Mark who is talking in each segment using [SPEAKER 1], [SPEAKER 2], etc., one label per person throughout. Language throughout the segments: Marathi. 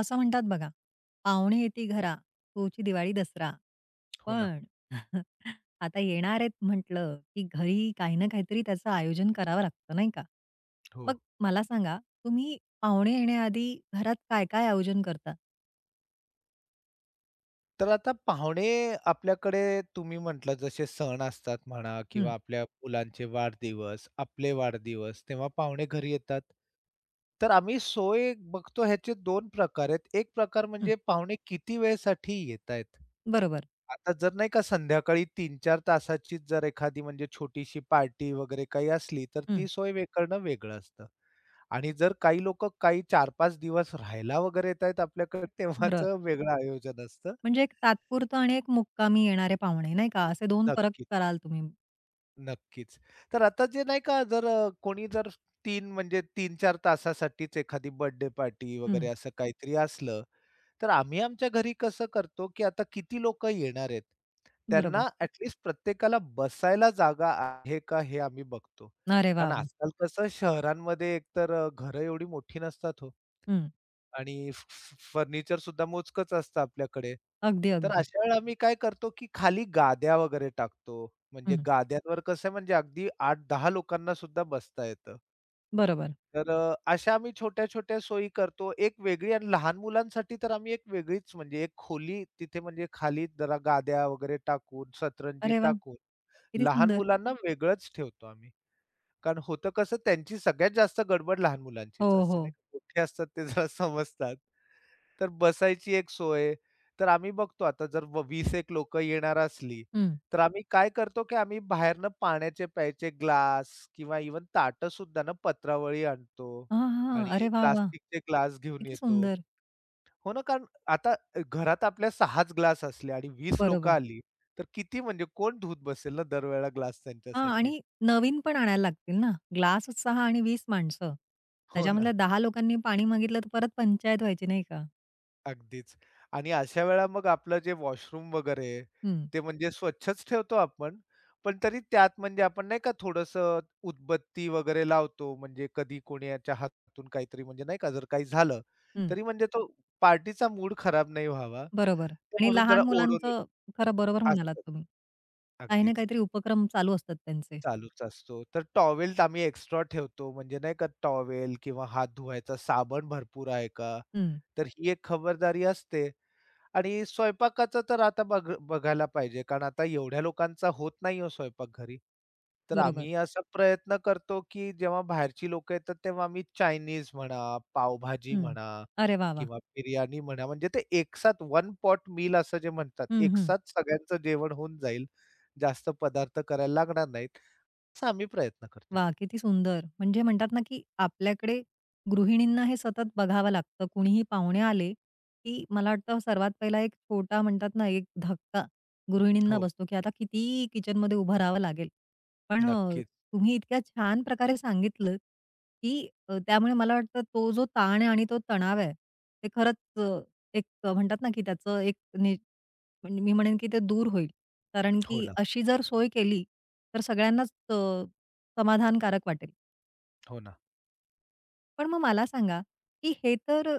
[SPEAKER 1] असं म्हणतात बघा, "पाहुणे येती घरा, तुची दिवाळी दसरा."
[SPEAKER 2] हो ना.
[SPEAKER 1] पण आता येणार आहेत म्हटलं, की घरी काही ना काहीतरी त्याचं आयोजन करावं लागतं, नाही का?
[SPEAKER 2] हो.
[SPEAKER 1] मग मला सांगा, तुम्ही पाहुणे येण्याआधी घरात काय-काय आयोजन करता?
[SPEAKER 2] तर आता पाहुणे आपल्याकडे तुम्ही म्हटलं जसे सण असतात म्हणा
[SPEAKER 1] हं,
[SPEAKER 2] किंवा आपल्या मुलांचे वाढदिवस, आपले वाढदिवस तेव्हा पाहुणे घरी येतात. तर आम्ही सोय बघतो ह्याचे 2 प्रकार आहेत. एक प्रकार
[SPEAKER 1] हं,
[SPEAKER 2] म्हणजे पाहुणे किती वेळेसाठी येतायत.
[SPEAKER 1] बरोबर.
[SPEAKER 2] आता जर नाही का संध्याकाळी 3-4 तासाचीच जर एखादी म्हणजे छोटीशी पार्टी वगैरे काही असली, तर
[SPEAKER 1] हं,
[SPEAKER 2] ती सोय करणं वेगळं असतं. आणि जर काही लोकं काही 4-5 दिवस राहायला वगैरे येत आहेत आपल्याकडे
[SPEAKER 1] बरोबर.
[SPEAKER 2] तेव्हाचं वेगळं आयोजन असतं.
[SPEAKER 1] म्हणजे एक तात्पुरतं आणि एक मुक्कामी येणारे पाहुणे, नाही का? असे 2 फरक
[SPEAKER 2] नक्कीच,
[SPEAKER 1] कराल तुम्ही.
[SPEAKER 2] नक्कीच. तर आता जे नाही का जर कोणी जर 3 म्हणजे 3-4 तासासाठीच एखादी बर्थडे पार्टी वगैरे
[SPEAKER 1] हं,
[SPEAKER 2] असं काहीतरी असलं, तर आम्ही आमच्या घरी कसं करतो, की आता किती लोकं येणार आहेत.
[SPEAKER 1] बरोबर.
[SPEAKER 2] त्यांना ॲट लिस्ट प्रत्येकाला बसायला जागा आहे का हे आम्ही बघतो.
[SPEAKER 1] अरे
[SPEAKER 2] कारण
[SPEAKER 1] वाह, वाह!
[SPEAKER 2] आजकाल कसं शहरांमध्ये एकतर घरं एवढी मोठी नसतात हो.
[SPEAKER 1] हं,
[SPEAKER 2] आणि फ फ फर्निचर सुद्धा मोजकंच असतं आपल्याकडे.
[SPEAKER 1] अगदी,
[SPEAKER 2] तर
[SPEAKER 1] अगदी.
[SPEAKER 2] अशा वेळेला आम्ही काय करतो, की खाली गाद्या वगैरे टाकतो. म्हणजे
[SPEAKER 1] हं,
[SPEAKER 2] गाद्यांवर कसं आहे म्हणजे अगदी 8-10 लोकांना सुद्धा बसता येतं.
[SPEAKER 1] बरोबर.
[SPEAKER 2] तर अशा आम्ही छोट्या-छोट्या सोयी करतो. एक वेगळी आणि लहान मुलांसाठी तर आम्ही एक वेगळीच म्हणजे एक खोली तिथे म्हणजे खाली जरा गाद्या वगैरे टाकून, सतरंजी
[SPEAKER 1] अरे वाह!
[SPEAKER 2] टाकून
[SPEAKER 1] किती
[SPEAKER 2] लहान
[SPEAKER 1] सुंदर.
[SPEAKER 2] मुलांना वेगळंच ठेवतो आम्ही. कारण होतं कसं त्यांची सगळ्यात जास्त गडबड लहान
[SPEAKER 1] हो,
[SPEAKER 2] मुलांचीच असते नाही
[SPEAKER 1] हो.
[SPEAKER 2] का. मोठे असतात ते जरा समजतात. तर बसायची एक सोय. तर आम्ही बघतो आता जर 20-एक लोकं येणार असली, तर आम्ही काय करतो, की आम्ही बाहेरनं पाण्याचे प्यायचे ग्लास किंवा इव्हन ताटंसुद्धा ना पत्रावळी आणतो
[SPEAKER 1] हां, हां.
[SPEAKER 2] आणि
[SPEAKER 1] अरे वाह, वाह!
[SPEAKER 2] प्लास्टिकचे ग्लास घेऊन
[SPEAKER 1] किती
[SPEAKER 2] येतो.
[SPEAKER 1] सुंदर.
[SPEAKER 2] हो ना, कारण आता घरात आपल्या 6च ग्लास असले आणि 20 लोकं
[SPEAKER 1] बरोबर.
[SPEAKER 2] आली, तर किती म्हणजे कोण धूत बसेल ना दरवेळेला ग्लास
[SPEAKER 1] हां
[SPEAKER 2] त्यांच्यासाठी.
[SPEAKER 1] आणि नवीन पण आणायला लागतील ना. ग्लासच 6 आणि 20 माणसं.
[SPEAKER 2] हो ना.
[SPEAKER 1] त्याच्यामधल्या 10 लोकांनी पाणी मागितलं, तर परत पंचायत व्हायची नाही का?
[SPEAKER 2] अगदीच. आणि अशा वेळेला मग आपलं जे वॉशरूम वगैरे आहे,
[SPEAKER 1] हं,
[SPEAKER 2] ते म्हणजे स्वच्छच ठेवतो आपण. पण तरी त्यात म्हणजे आपण नाही का थोडंसं उदबत्ती वगैरे लावतो. म्हणजे कधी कोणाच्या हातून काहीतरी म्हणजे नाही का जर काही झालं,
[SPEAKER 1] हं.
[SPEAKER 2] तरी म्हणजे तो पार्टीचा मूड खराब नाही व्हावा.
[SPEAKER 1] बरोबर
[SPEAKER 2] तर
[SPEAKER 1] आणि
[SPEAKER 2] म्हणून जरा
[SPEAKER 1] लहान
[SPEAKER 2] ओढून
[SPEAKER 1] मुलांचं खरं बरोबर म्हणालात
[SPEAKER 2] असतं.
[SPEAKER 1] तुम्ही. काही ना
[SPEAKER 2] अगदीच.
[SPEAKER 1] काहीतरी उपक्रम चालू असतात त्यांचे.
[SPEAKER 2] चालूच असतो. तर टॉवेल आम्ही एक्स्ट्रा ठेवतो. म्हणजे नाही का टॉवेल किंवा हात धुवायचा साबण भरपूर आहे का?
[SPEAKER 1] हं,
[SPEAKER 2] तर ही एक खबरदारी असते. आणि स्वयंपाकाचं तर आता बघायला पाहिजे, कारण आता एवढ्या लोकांचा होत नाही हो स्वयंपाक घरी. तर
[SPEAKER 1] बरोबर.
[SPEAKER 2] आम्ही असा प्रयत्न करतो, की जेव्हा बाहेरची लोकं येतात, तेव्हा आम्ही चायनीज म्हणा, पावभाजी
[SPEAKER 1] हं.
[SPEAKER 2] म्हणा
[SPEAKER 1] अरे वाह, वाह!
[SPEAKER 2] किंवा बिर्याणी म्हणा, म्हणजे ते एकसाथ वन पॉट मील असं जे म्हणतात,
[SPEAKER 1] हं, हं.
[SPEAKER 2] एकसाथ सगळ्यांचं जेवण होऊन जाईल. जास्त पदार्थ करायला लागणार नाहीत, असा आम्ही प्रयत्न करतो.
[SPEAKER 1] वा, किती सुंदर. म्हणजे म्हणतात ना, की आपल्याकडे गृहिणींना हे सतत बघावं लागतं. कुणीही पाहुणे आले, की मला वाटतं सर्वात पहिला एक छोटा म्हणतात ना, एक धक्का गृहिणींना
[SPEAKER 2] हो,
[SPEAKER 1] बसतो, की आता किती किचनमध्ये उभं राहावं लागेल. पण
[SPEAKER 2] नक्कीच.
[SPEAKER 1] तुम्ही इतक्या छान प्रकारे सांगितलंत, की त्यामुळे मला वाटतं तो जो ताण आहे आणि तो तणाव आहे, ते खरंच एक म्हणतात ना, की त्याचं एक म्हणजे मी म्हणेन की ते दूर होईल. कारण
[SPEAKER 2] हो
[SPEAKER 1] की
[SPEAKER 2] ना,
[SPEAKER 1] अशी जर सोय केली, तर सगळ्यांनाच समाधानकारक वाटेल.
[SPEAKER 2] हो ना.
[SPEAKER 1] पण मग मला सांगा, की हे तर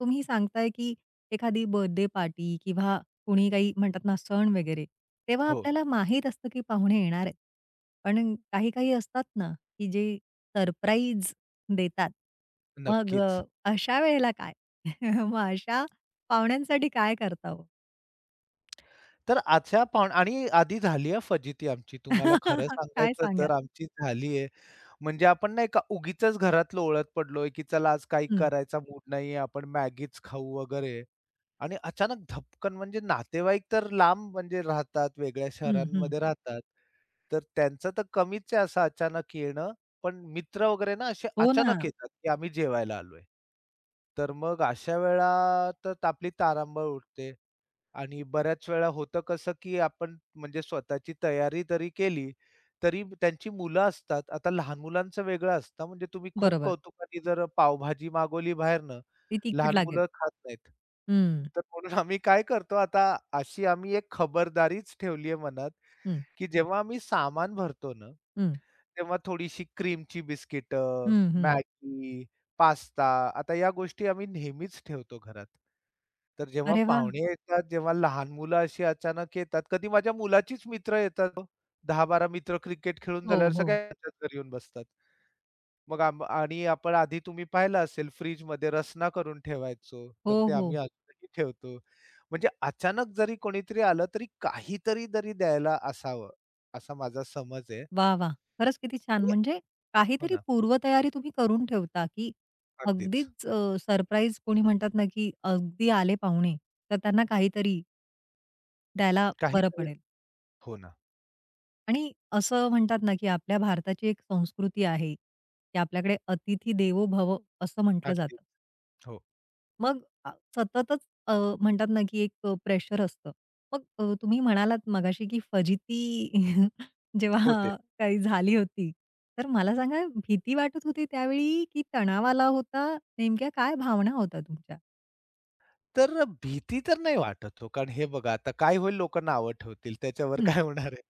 [SPEAKER 1] तुम्ही सांगताय की एखादी बर्थडे पार्टी किंवा कुणी काही म्हणतात ना सण वगैरे, तेव्हा
[SPEAKER 2] हो,
[SPEAKER 1] आपल्याला माहीत असतं की पाहुणे येणार आहेत. पण काही-काही असतात ना, की जे सरप्राईज देतात. मग
[SPEAKER 2] नक्कीच.
[SPEAKER 1] अशा वेळेला काय? मग अशा पाहुण्यांसाठी काय करता हो?
[SPEAKER 2] तर अशा आणि आधी झाली आहे फजिती आमची. तुम्हाला खरं
[SPEAKER 1] काय
[SPEAKER 2] सांगायचं
[SPEAKER 1] सांगाल?
[SPEAKER 2] तर आमची झाली आहे. म्हणजे आपण नाही का उगीचच घरातलं ओळत पडलोय, की चला आज काही
[SPEAKER 1] हं,
[SPEAKER 2] करायचा मूड नाहीये, आपण मॅगीच खाऊ वगैरे आणि अचानक धपकन म्हणजे नातेवाईक तर लांब म्हणजे राहतात, वेगळ्या
[SPEAKER 1] हं, हं.
[SPEAKER 2] शहरांमध्ये राहतात. तर त्यांचं तर कमीच आहे असं अचानक येणं, पण मित्र वगैरे ना असे
[SPEAKER 1] हो ना,
[SPEAKER 2] अचानक येतात, की आम्ही जेवायला आलोय. तर मग अशा वेळा तर आपली तारांबळ उठते आणि बऱ्याच वेळा होतं कसं, की आपण म्हणजे स्वतःची तयारी जरी केली, तरी त्यांची मुलं असतात. आता लहान मुलांचं वेगळं असतं, म्हणजे तुम्ही खूप
[SPEAKER 1] बरोबर.
[SPEAKER 2] कौतुकाने जर पावभाजी मागवली बाहेरनं,
[SPEAKER 1] ती तिखट
[SPEAKER 2] लहान
[SPEAKER 1] लागेल.
[SPEAKER 2] मुलं खात नाहीत.
[SPEAKER 1] हं,
[SPEAKER 2] तर म्हणून आम्ही काय करतो आता, अशी आम्ही एक खबरदारीच ठेवली आहे मनात,
[SPEAKER 1] हं,
[SPEAKER 2] की जेव्हा आम्ही सामान भरतो ना,
[SPEAKER 1] हं,
[SPEAKER 2] तेव्हा थोडीशी क्रीमची बिस्किटं,
[SPEAKER 1] हं, हं.
[SPEAKER 2] मॅगी, पास्ता आता या गोष्टी आम्ही नेहमीच ठेवतो घरात. तर जेव्हा
[SPEAKER 1] अरे वाह!
[SPEAKER 2] पाहुणे येतात, जेव्हा लहान मुलं अशी अचानक येतात, कधी माझ्या मुलाचीच मित्र येतात हो. 10-12 मित्र क्रिकेट खेळून
[SPEAKER 1] हो,
[SPEAKER 2] झाल्यावर
[SPEAKER 1] हो.
[SPEAKER 2] सगळ्यांच्याच घरी येऊन बसतात. मग आणि आपण आधी तुम्ही पाहिलं असेल फ्रिजमध्ये रसना करून ठेवायचो, तर
[SPEAKER 1] हो,
[SPEAKER 2] ते आम्ही
[SPEAKER 1] हो.
[SPEAKER 2] अजूनही ठेवतो. म्हणजे अचानक जरी कोणीतरी आलं, तरी काहीतरी तरी द्यायला असावं असा माझा समज आहे.
[SPEAKER 1] वाह, वाह! खरंच किती छान.
[SPEAKER 2] म्हणजे
[SPEAKER 1] म्हणजे
[SPEAKER 2] हो
[SPEAKER 1] काहीतरी
[SPEAKER 2] ना,
[SPEAKER 1] पूर्वतयारी तुम्ही करून ठेवता, की
[SPEAKER 2] अगदीच.
[SPEAKER 1] अगदीच सरप्राईज कोणी म्हणतात ना, की अगदी आले पाहुणे, तर त्यांना काहीतरी द्यायला बरं
[SPEAKER 2] काहीतरी
[SPEAKER 1] पडेल.
[SPEAKER 2] हो ना,
[SPEAKER 1] आणि असं म्हणतात ना, की आपल्या भारताची एक संस्कृती आहे, की आपल्याकडे "अतिथी देवो भव" असं म्हटलं
[SPEAKER 2] अगदी.
[SPEAKER 1] जातं.
[SPEAKER 2] हो,
[SPEAKER 1] मग सततच अ, म्हणतात ना, की एक प्रेशर असतं. मग तुम्ही म्हणालात मगाशी, की फजिती
[SPEAKER 2] होते.
[SPEAKER 1] जेव्हा काही झाली होती, तर मला सांगा भीती वाटत होती त्यावेळी, की तणाव आला होता? नेमक्या काय भावना होता तुमच्या?
[SPEAKER 2] तर भीती तर नाही वाटत हो, कारण हे बघा आता काय होईल लोकं नावं ठेवतील, त्याच्यावर
[SPEAKER 1] हं,
[SPEAKER 2] काय होणार आहे.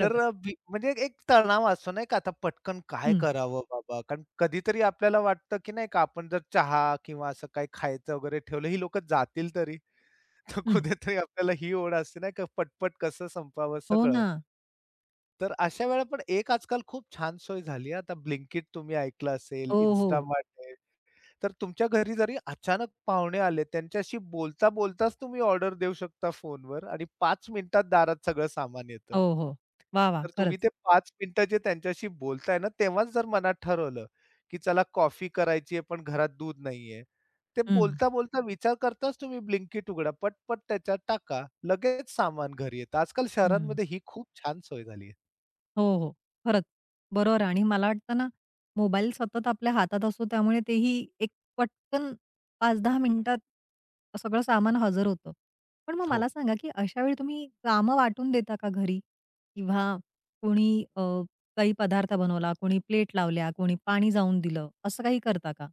[SPEAKER 2] तर अ, भी म्हणजे एक तणाव असतो नाही का, आता पटकन काय
[SPEAKER 1] हं,
[SPEAKER 2] करावं बाबा? कारण कधीतरी आपल्याला वाटतं, की नाही का आपण जर चहा किंवा असं काही खायचं वगैरे ठेवलं, ही लोकं जातील तरी. तर
[SPEAKER 1] हं.
[SPEAKER 2] कुठेतरी आपल्याला ही ओढ असते नाही का, पटपट कसं संपवावं
[SPEAKER 1] हो
[SPEAKER 2] सगळं.
[SPEAKER 1] ना.
[SPEAKER 2] तर अशा वेळेला पण एक आजकाल खूप छान सोय झाली आहे. आता Blinkit तुम्ही ऐकलं असेल,
[SPEAKER 1] हो, हो.
[SPEAKER 2] Instamart आहे. तर तुमच्या घरी जरी अचानक पाहुणे आले, त्यांच्याशी बोलता बोलताच तुम्ही ऑर्डर देऊ शकता फोनवर आणि 5 मिनिटात दारात सगळं सामान येतं.
[SPEAKER 1] हो, हो. वा, वा,
[SPEAKER 2] तर तुम्ही
[SPEAKER 1] खरंच.
[SPEAKER 2] ते 5 मिनिटं जे त्यांच्याशी बोलताय ना, तेव्हाच जर मनात ठरवलं, की चला कॉफी करायची आहे, पण घरात दूध नाहीये. ते
[SPEAKER 1] हं,
[SPEAKER 2] बोलता बोलता विचार करताच तुम्ही Blinkit उघडा, पटपट त्याच्यात टाका, लगेच सामान घरी येतं. आजकाल
[SPEAKER 1] हं.
[SPEAKER 2] शहरांमध्ये ही खूप छान सोय झाली आहे.
[SPEAKER 1] हो, हो. खरंच. बरोबर आहे आणि मला वाटतं ना, मोबाईल सतत आपल्या हातात असतो त्यामुळे तेही एक पटकन 5-10 मिनिटात सगळं सामान हजर होतं. पण मग
[SPEAKER 2] हो.
[SPEAKER 1] मला सांगा, की अशा वेळी तुम्ही कामं वाटून देता का घरी? किंवा कोणी अ, काही पदार्थ बनवला, कोणी प्लेट लावल्या, कोणी पाणी जाऊन दिलं, असं काही करता का?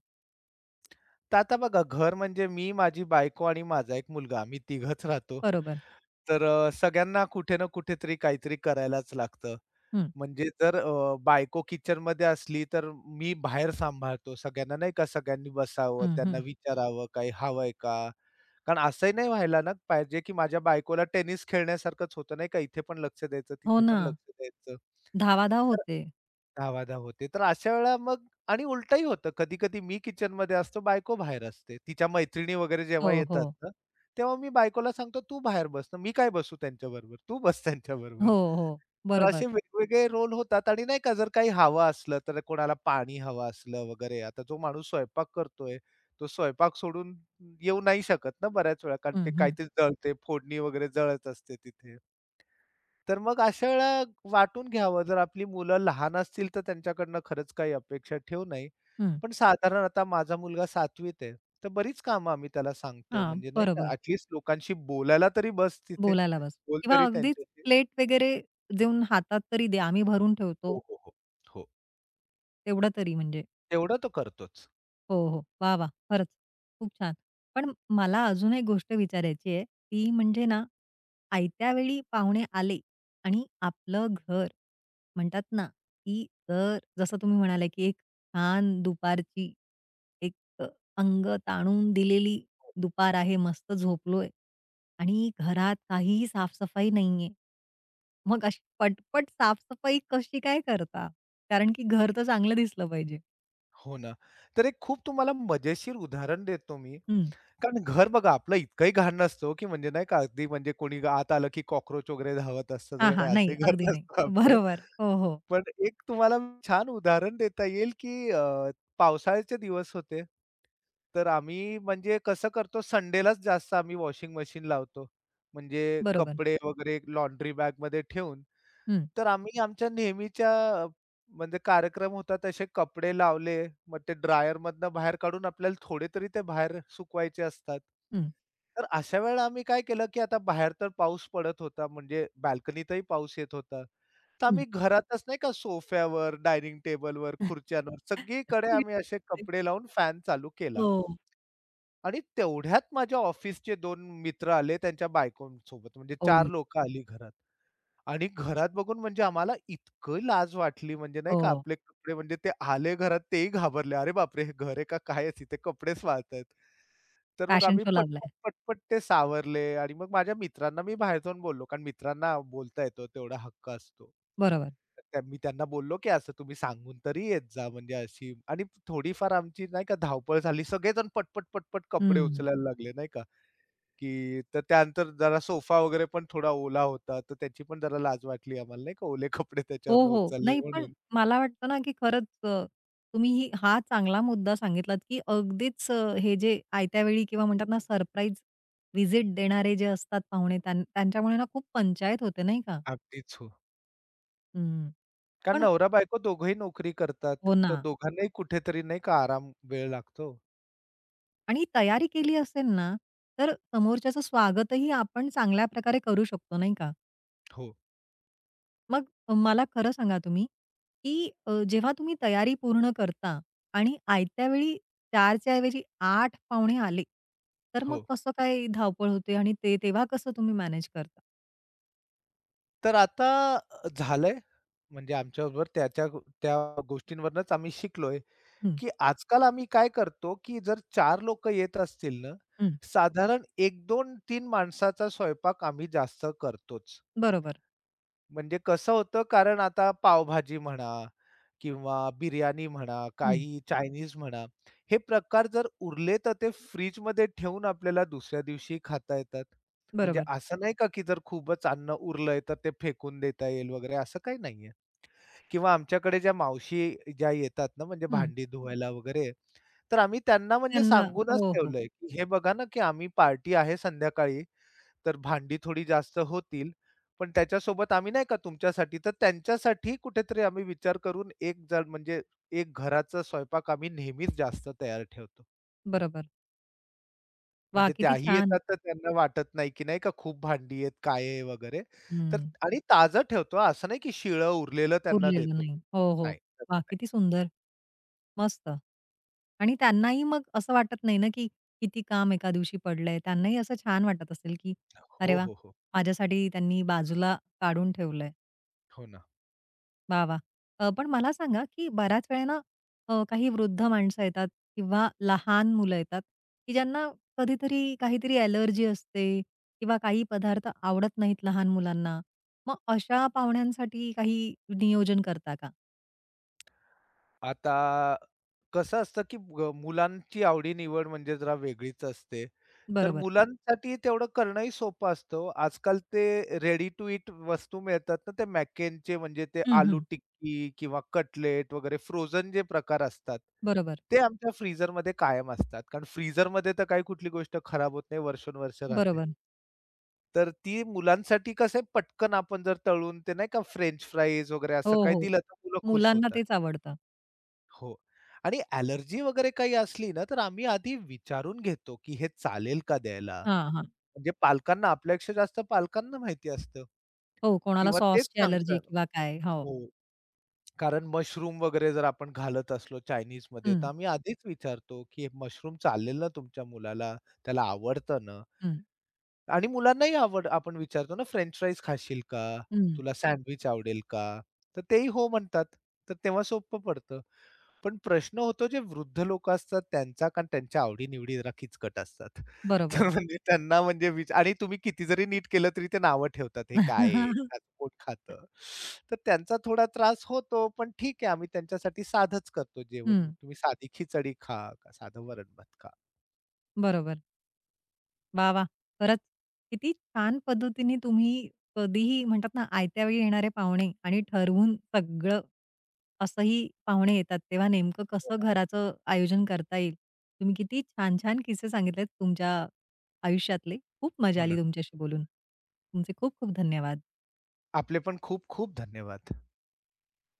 [SPEAKER 2] तर आता बघा घर म्हणजे मी, माझी बायको आणि माझा एक मुलगा आम्ही तिघंच राहतो.
[SPEAKER 1] बरोबर.
[SPEAKER 2] तर सगळ्यांना कुठे ना कुठेतरी काहीतरी करायलाच लागतं.
[SPEAKER 1] हं,
[SPEAKER 2] म्हणजे जर बायको किचनमध्ये असली तर मी बाहेर सांभाळतो सगळ्यांना नाही का, सगळ्यांनी बसावं,
[SPEAKER 1] हं,
[SPEAKER 2] त्यांना
[SPEAKER 1] हं.
[SPEAKER 2] विचारावं काही हवंय का? कारण असंही नाही व्हायला ना पाहिजे, की माझ्या बायकोला टेनिस खेळण्यासारखंच होतं नाही का, इथे पण लक्ष द्यायचं,
[SPEAKER 1] हो
[SPEAKER 2] तिथे
[SPEAKER 1] ना.
[SPEAKER 2] पण लक्ष द्यायचं.
[SPEAKER 1] धावाधाव होते.
[SPEAKER 2] धावाधाव होते. तर अशा वेळेला मग आणि उलटंही होतं. कधी-कधी मी किचनमध्ये असतो, बायको बाहेर असते. तिच्या मैत्रिणी वगैरे
[SPEAKER 1] हो,
[SPEAKER 2] जेव्हा
[SPEAKER 1] हो.
[SPEAKER 2] येतात ना, तेव्हा मी बायकोला सांगतो, "तू बाहेर बस ना, मी काय बसू त्यांच्याबरोबर, तू बस त्यांच्याबरोबर."
[SPEAKER 1] हो, हो.
[SPEAKER 2] तर
[SPEAKER 1] बरोबर.
[SPEAKER 2] असे वेगवेगळे रोल होतात आणि नाही का जर काही हवं असलं, तर कोणाला पाणी हवं असलं वगैरे. आता जो माणूस स्वयंपाक करतोय, तो स्वयंपाक सोडून येऊ नाही शकत ना बऱ्याच वेळा, कारण
[SPEAKER 1] हं,
[SPEAKER 2] ते
[SPEAKER 1] हं,
[SPEAKER 2] काहीतरी जळते, फोडणी वगैरे जळत असते तिथे. तर मग अशा वेळेला वाटून घ्यावं. जर आपली मुलं लहान असतील, तर त्यांच्याकडनं खरंच काही अपेक्षा ठेवू नये.
[SPEAKER 1] हं.
[SPEAKER 2] पण साधारण आता माझा मुलगा 7वीत आहे. तर बरीच कामं आम्ही त्याला सांगतो.
[SPEAKER 1] हां,
[SPEAKER 2] म्हणजे नाही का
[SPEAKER 1] बरोबर.
[SPEAKER 2] ॲट लोकांशी बोलायला तरी बस तिथे.
[SPEAKER 1] बोलायला बस.
[SPEAKER 2] बोल
[SPEAKER 1] किंवा
[SPEAKER 2] तरी
[SPEAKER 1] अगदीच
[SPEAKER 2] त्यांच्याशी.
[SPEAKER 1] प्लेट वगैरे देऊन हातात तरी दे आम्ही भरून
[SPEAKER 2] हो,
[SPEAKER 1] ठेवतो,
[SPEAKER 2] हो, हो. हो.
[SPEAKER 1] तेवढं तरी म्हणजे.
[SPEAKER 2] तेवढं तो करतोच.
[SPEAKER 1] हो, हो. वाह, वाह! खरंच खूप छान. पण मला अजून एक गोष्ट विचारायची आहे, ती म्हणजे ना, आयत्या वेळी पाहुणे आले आणि आपलं घर म्हणतात ना, की जर जसं तुम्ही म्हणाले, की एक छान दुपारची एक अ, अंग ताणून दिलेली दुपार आहे, मस्त झोपलोय आणि घरात काहीही साफ नाहीये. मग अशी पटपट साफसफाई कशी काय करता? कारण की घर तर चांगलं दिसलं पाहिजे.
[SPEAKER 2] हो ना. तर एक खूप तुम्हाला मजेशीर उदाहरण देतो मी.
[SPEAKER 1] हं.
[SPEAKER 2] कारण घर बघा आपलं इतकंही घाण नसतो, की म्हणजे नाही का अगदी म्हणजे कोणी आत आलं की कॉकरोच वगैरे धावत असतात
[SPEAKER 1] हां,
[SPEAKER 2] वगैरे
[SPEAKER 1] हां. नाही,
[SPEAKER 2] असंही घर
[SPEAKER 1] अगदी नाही.
[SPEAKER 2] नसतं आपलं.
[SPEAKER 1] बरोबर. हो, हो.
[SPEAKER 2] पण एक तुम्हाला छान उदाहरण देता येईल, की पावसाळ्याचे दिवस होते. तर आम्ही म्हणजे कसं करतो संडेलाच जास्त आम्ही वॉशिंग मशीन लावतो. म्हणजे
[SPEAKER 1] बरोबर.
[SPEAKER 2] कपडे वगैरे लॉन्ड्री बॅगमध्ये ठेवून
[SPEAKER 1] हं,
[SPEAKER 2] तर आम्ही आमच्या नेहमीच्या अ, म्हणजे कार्यक्रम होता तसे कपडे लावले. मग ते ड्रायरमधनं बाहेर काढून आपल्याला थोडे तरी ते बाहेर सुकवायचे असतात.
[SPEAKER 1] हं,
[SPEAKER 2] तर अशा वेळेला आम्ही काय केलं, की आता बाहेर तर पाऊस पडत होता, म्हणजे बाल्कनीतही पाऊस येत होता. तर
[SPEAKER 1] हं.
[SPEAKER 2] आम्ही घरातच नाही का सोफ्यावर, डायनिंग टेबलवर, खुर्च्यांवर सगळीकडे आम्ही असे कपडे लावून फॅन चालू केला.
[SPEAKER 1] हो.
[SPEAKER 2] आणि तेवढ्यात माझ्या ऑफिसचे 2 मित्र आले त्यांच्या बायकोंसोबत म्हणजे 4
[SPEAKER 1] ओय.
[SPEAKER 2] लोकं आली घरात. आणि घरात बघून म्हणजे आम्हाला इतकं लाज वाटली म्हणजे नाही का
[SPEAKER 1] हो.
[SPEAKER 2] आपले कपडे म्हणजे ते आले घरात तेही घाबरले. अरे बापरे! हे घर आहे का काय आहे तिथे कपडेच वाळतायत. तर मग
[SPEAKER 1] फॅशन
[SPEAKER 2] आम्ही
[SPEAKER 1] शो लावलाय.
[SPEAKER 2] पटपट, पटपट ते सावरले आणि मग माझ्या मित्रांना मी बाहेर जाऊन बोललो, कारण मित्रांना बोलता येतो तेवढा हक्क असतो.
[SPEAKER 1] बरोबर.
[SPEAKER 2] तर मी त्यांना बोललो, की असं तुम्ही सांगून तरी येत जा म्हणजे अशी आणि थोडीफार आमची नाही का धावपळ झाली. सगळेजण पटपट, पटपट कपडे
[SPEAKER 1] हं.
[SPEAKER 2] उचलायला लागले नाही का. की तर त्यानंतर जरा सोफा वगैरे पण थोडा ओला होता, तर त्याची पण जरा लाज वाटली आम्हाला नाही का, ओले कपडे
[SPEAKER 1] हो,
[SPEAKER 2] त्याच्यावरनं
[SPEAKER 1] हो.
[SPEAKER 2] उचलले
[SPEAKER 1] नाही, पण
[SPEAKER 2] म्हणून.
[SPEAKER 1] मला वाटतं ना, की खरंच तुम्ही ही हा चांगला मुद्दा सांगितलात, की अगदीच हे जे आयत्या वेळी किंवा म्हणतात ना, सरप्राईज व्हिजिट देणारे जे असतात पाहुणे, त्यांच्यामुळे ना खूप पंचायत होते, नाही का?
[SPEAKER 2] अगदीच हो.
[SPEAKER 1] हं.
[SPEAKER 2] कारण
[SPEAKER 1] पण
[SPEAKER 2] नवरा-बायको दोघंही नोकरी करतात,
[SPEAKER 1] हो ना.
[SPEAKER 2] तर दोघांनाही कुठेतरी नाही का आराम वेळ लागतो.
[SPEAKER 1] आणि तयारी केली असेल ना, तर समोरच्याचं स्वागतही आपण चांगल्या प्रकारे करू शकतो, नाही का?
[SPEAKER 2] हो,
[SPEAKER 1] मग मला खरं सांगा तुम्ही, की जेव्हा तुम्ही तयारी पूर्ण करता आणि आयत्या वेळी 4 च्या ऐवजी 8 पाहुणे आले, तर मग
[SPEAKER 2] हो.
[SPEAKER 1] कसं काय धावपळ होते आणि ते तेव्हा कसं तुम्ही मॅनेज करता?
[SPEAKER 2] तर आता झालंय म्हणजे आमच्याबरोबर त्या गोष्टींवरनंच आम्ही शिकलोय,
[SPEAKER 1] हं,
[SPEAKER 2] की आजकाल आम्ही काय करतो, की जर 4 लोकं येत असतील ना,
[SPEAKER 1] हं.
[SPEAKER 2] साधारण 1, 2, 3 माणसाचा स्वयंपाक आम्ही जास्त करतोच.
[SPEAKER 1] बरोबर.
[SPEAKER 2] म्हणजे कसं होतं कारण आता पावभाजी म्हणा किंवा बिर्याणी म्हणा,
[SPEAKER 1] हं,
[SPEAKER 2] काही चायनीज म्हणा, हे प्रकार जर उरले तर ते फ्रिजमध्ये ठेवून आपल्याला दुसऱ्या दिवशी खाता येतात. म्हणजे
[SPEAKER 1] बरोबर.
[SPEAKER 2] असं नाही का, की जर खूपच अन्न उरलंय तर ते फेकून देता येईल वगैरे असं काही नाहीये. किंवा आमच्याकडे ज्या मावशी ज्या येतात ना म्हणजे
[SPEAKER 1] हं.
[SPEAKER 2] भांडी धुवायला वगैरे, तर आम्ही त्यांना म्हणजे
[SPEAKER 1] त्यांना
[SPEAKER 2] सांगूनच
[SPEAKER 1] हो, हो.
[SPEAKER 2] ठेवलंय, की हे बघा ना, की आम्ही पार्टी आहे संध्याकाळी तर भांडी थोडी जास्त होतील. पण त्याच्यासोबत आम्ही नाही का तुमच्यासाठी, तर त्यांच्यासाठी कुठेतरी आम्ही विचार करून एक जण म्हणजे एक घराचा स्वयंपाक आम्ही नेहमीच जास्त तयार ठेवतो.
[SPEAKER 1] बरोबर. वाह!
[SPEAKER 2] म्हणजे
[SPEAKER 1] किती
[SPEAKER 2] त्याही येतात,
[SPEAKER 1] छान.
[SPEAKER 2] तर त्यांना वाटत नाही, की नाही का खूप भांडी आहेत, काय आहे वगैरे. तर
[SPEAKER 1] हं.
[SPEAKER 2] आणि ताजं ठेवतो हां, असं नाही की शिळं उरलेलं त्यांना
[SPEAKER 1] उरलेलं
[SPEAKER 2] देतो.
[SPEAKER 1] नाही. हो, हो.
[SPEAKER 2] नाही, तसं
[SPEAKER 1] वाह!
[SPEAKER 2] नाही.
[SPEAKER 1] किती सुंदर. मस्त. आणि त्यांनाही मग असं वाटत नाही ना, की किती काम एका दिवशी पडलंय. त्यांनाही असं छान वाटत असेल, की "अरे
[SPEAKER 2] हो,
[SPEAKER 1] वाह!
[SPEAKER 2] हो, हो.
[SPEAKER 1] माझ्यासाठी त्यांनी बाजूला काढून ठेवलंय.
[SPEAKER 2] हो ना.
[SPEAKER 1] वाह, वाह!" पण मला सांगा, की बऱ्याच वेळेला काही वृद्ध माणसं येतात किंवा लहान मुलं येतात, की ज्यांना कधीतरी काहीतरी ॲलर्जी असते किंवा काही पदार्थ आवडत नाहीत लहान मुलांना. मग अशा पाहुण्यांसाठी काही नियोजन करता का?
[SPEAKER 2] आता कसं असतं, की मुलांची आवडी-निवड म्हणजे जरा वेगळीच असते. तर हं.
[SPEAKER 1] बरोबर.
[SPEAKER 2] मुलांसाठी तेवढं करणंही सोपं असतं हो. आजकाल ते रेडी टू इट वस्तू मिळतात ना, ते मॅकेनचे म्हणजे ते
[SPEAKER 1] हं,
[SPEAKER 2] आलू
[SPEAKER 1] हं.
[SPEAKER 2] टिक्की किंवा कटलेट वगैरे फ्रोझन जे प्रकार असतात,
[SPEAKER 1] बरोबर,
[SPEAKER 2] ते आमच्या फ्रीझरमध्ये कायम असतात. कारण फ्रीझरमध्ये तर काही कुठली गोष्ट खराब होत नाही, वर्षोनवर्ष राहते.
[SPEAKER 1] बरोबर.
[SPEAKER 2] तर ती मुलांसाठी कसं आहे, पटकन आपण जर तळून ते नाही का फ्रेंच फ्राईज वगैरे
[SPEAKER 1] हो,
[SPEAKER 2] असं काही
[SPEAKER 1] हो.
[SPEAKER 2] दिलं, तर मुलं खुश
[SPEAKER 1] मुलांना
[SPEAKER 2] होतात.
[SPEAKER 1] तेच आवडतं.
[SPEAKER 2] हो. आणि ॲलर्जी वगैरे काही असली ना, तर आम्ही आधी विचारून घेतो, की हे चालेल का द्यायला?
[SPEAKER 1] हां, हां.
[SPEAKER 2] म्हणजे पालकांना आपल्यापेक्षा जास्त पालकांना माहिती असतं
[SPEAKER 1] हो, कोणाला
[SPEAKER 2] किंवा तेच
[SPEAKER 1] सॉसची अलर्जी
[SPEAKER 2] सांगतात
[SPEAKER 1] किंवा काय. हो.
[SPEAKER 2] हो. कारण मशरूम वगैरे जर आपण घालत असलो चायनीजमध्ये,
[SPEAKER 1] हं,
[SPEAKER 2] तर आम्ही आधीच विचारतो, की हे मशरूम चालेल ना तुमच्या मुलाला? त्याला आवडतं ना?
[SPEAKER 1] हं,
[SPEAKER 2] आणि मुलांनाही आवड आपण विचारतो ना, फ्रेंच फ्राईज खाशील का?
[SPEAKER 1] हं.
[SPEAKER 2] तुला सँडविच आवडेल का? तर तेही हो म्हणतात. तर तेव्हा सोपं पडतं. पण प्रश्न होतो जे वृद्ध लोकं असतात त्यांचा, कारण त्यांच्या आवडी-निवडी जरा किचकट असतात.
[SPEAKER 1] बरोबर.
[SPEAKER 2] तर म्हणजे त्यांना म्हणजे विच आणि तुम्ही किती जरी नीट केलं तरी ते नावं ठेवतात, हे काय आहे? आज कोण खातं? तर त्यांचा थोडा त्रास होतो, पण ठीक आहे आम्ही त्यांच्यासाठी साधच करतो जेवण. मग
[SPEAKER 1] हं.
[SPEAKER 2] तुम्ही साधी खिचडी खा, का साधं वरण-भात खा.
[SPEAKER 1] बरोबर. वाह, वाह! खरंच किती छान पद्धतीने तुम्ही कधीही म्हणतात ना, आयत्या वेळी येणारे पाहुणे आणि ठरवून सगळं असंही पाहुणे येतात, तेव्हा नेमकं कसं घराचं आयोजन करता येईल. तुम्ही किती छान-छान किस्से सांगितलेत तुमच्या आयुष्यातले. खूप मजा
[SPEAKER 2] हो ना.
[SPEAKER 1] आली तुमच्याशी बोलून. तुमचे खूप खूप धन्यवाद.
[SPEAKER 2] आपले पण खूप खूप धन्यवाद.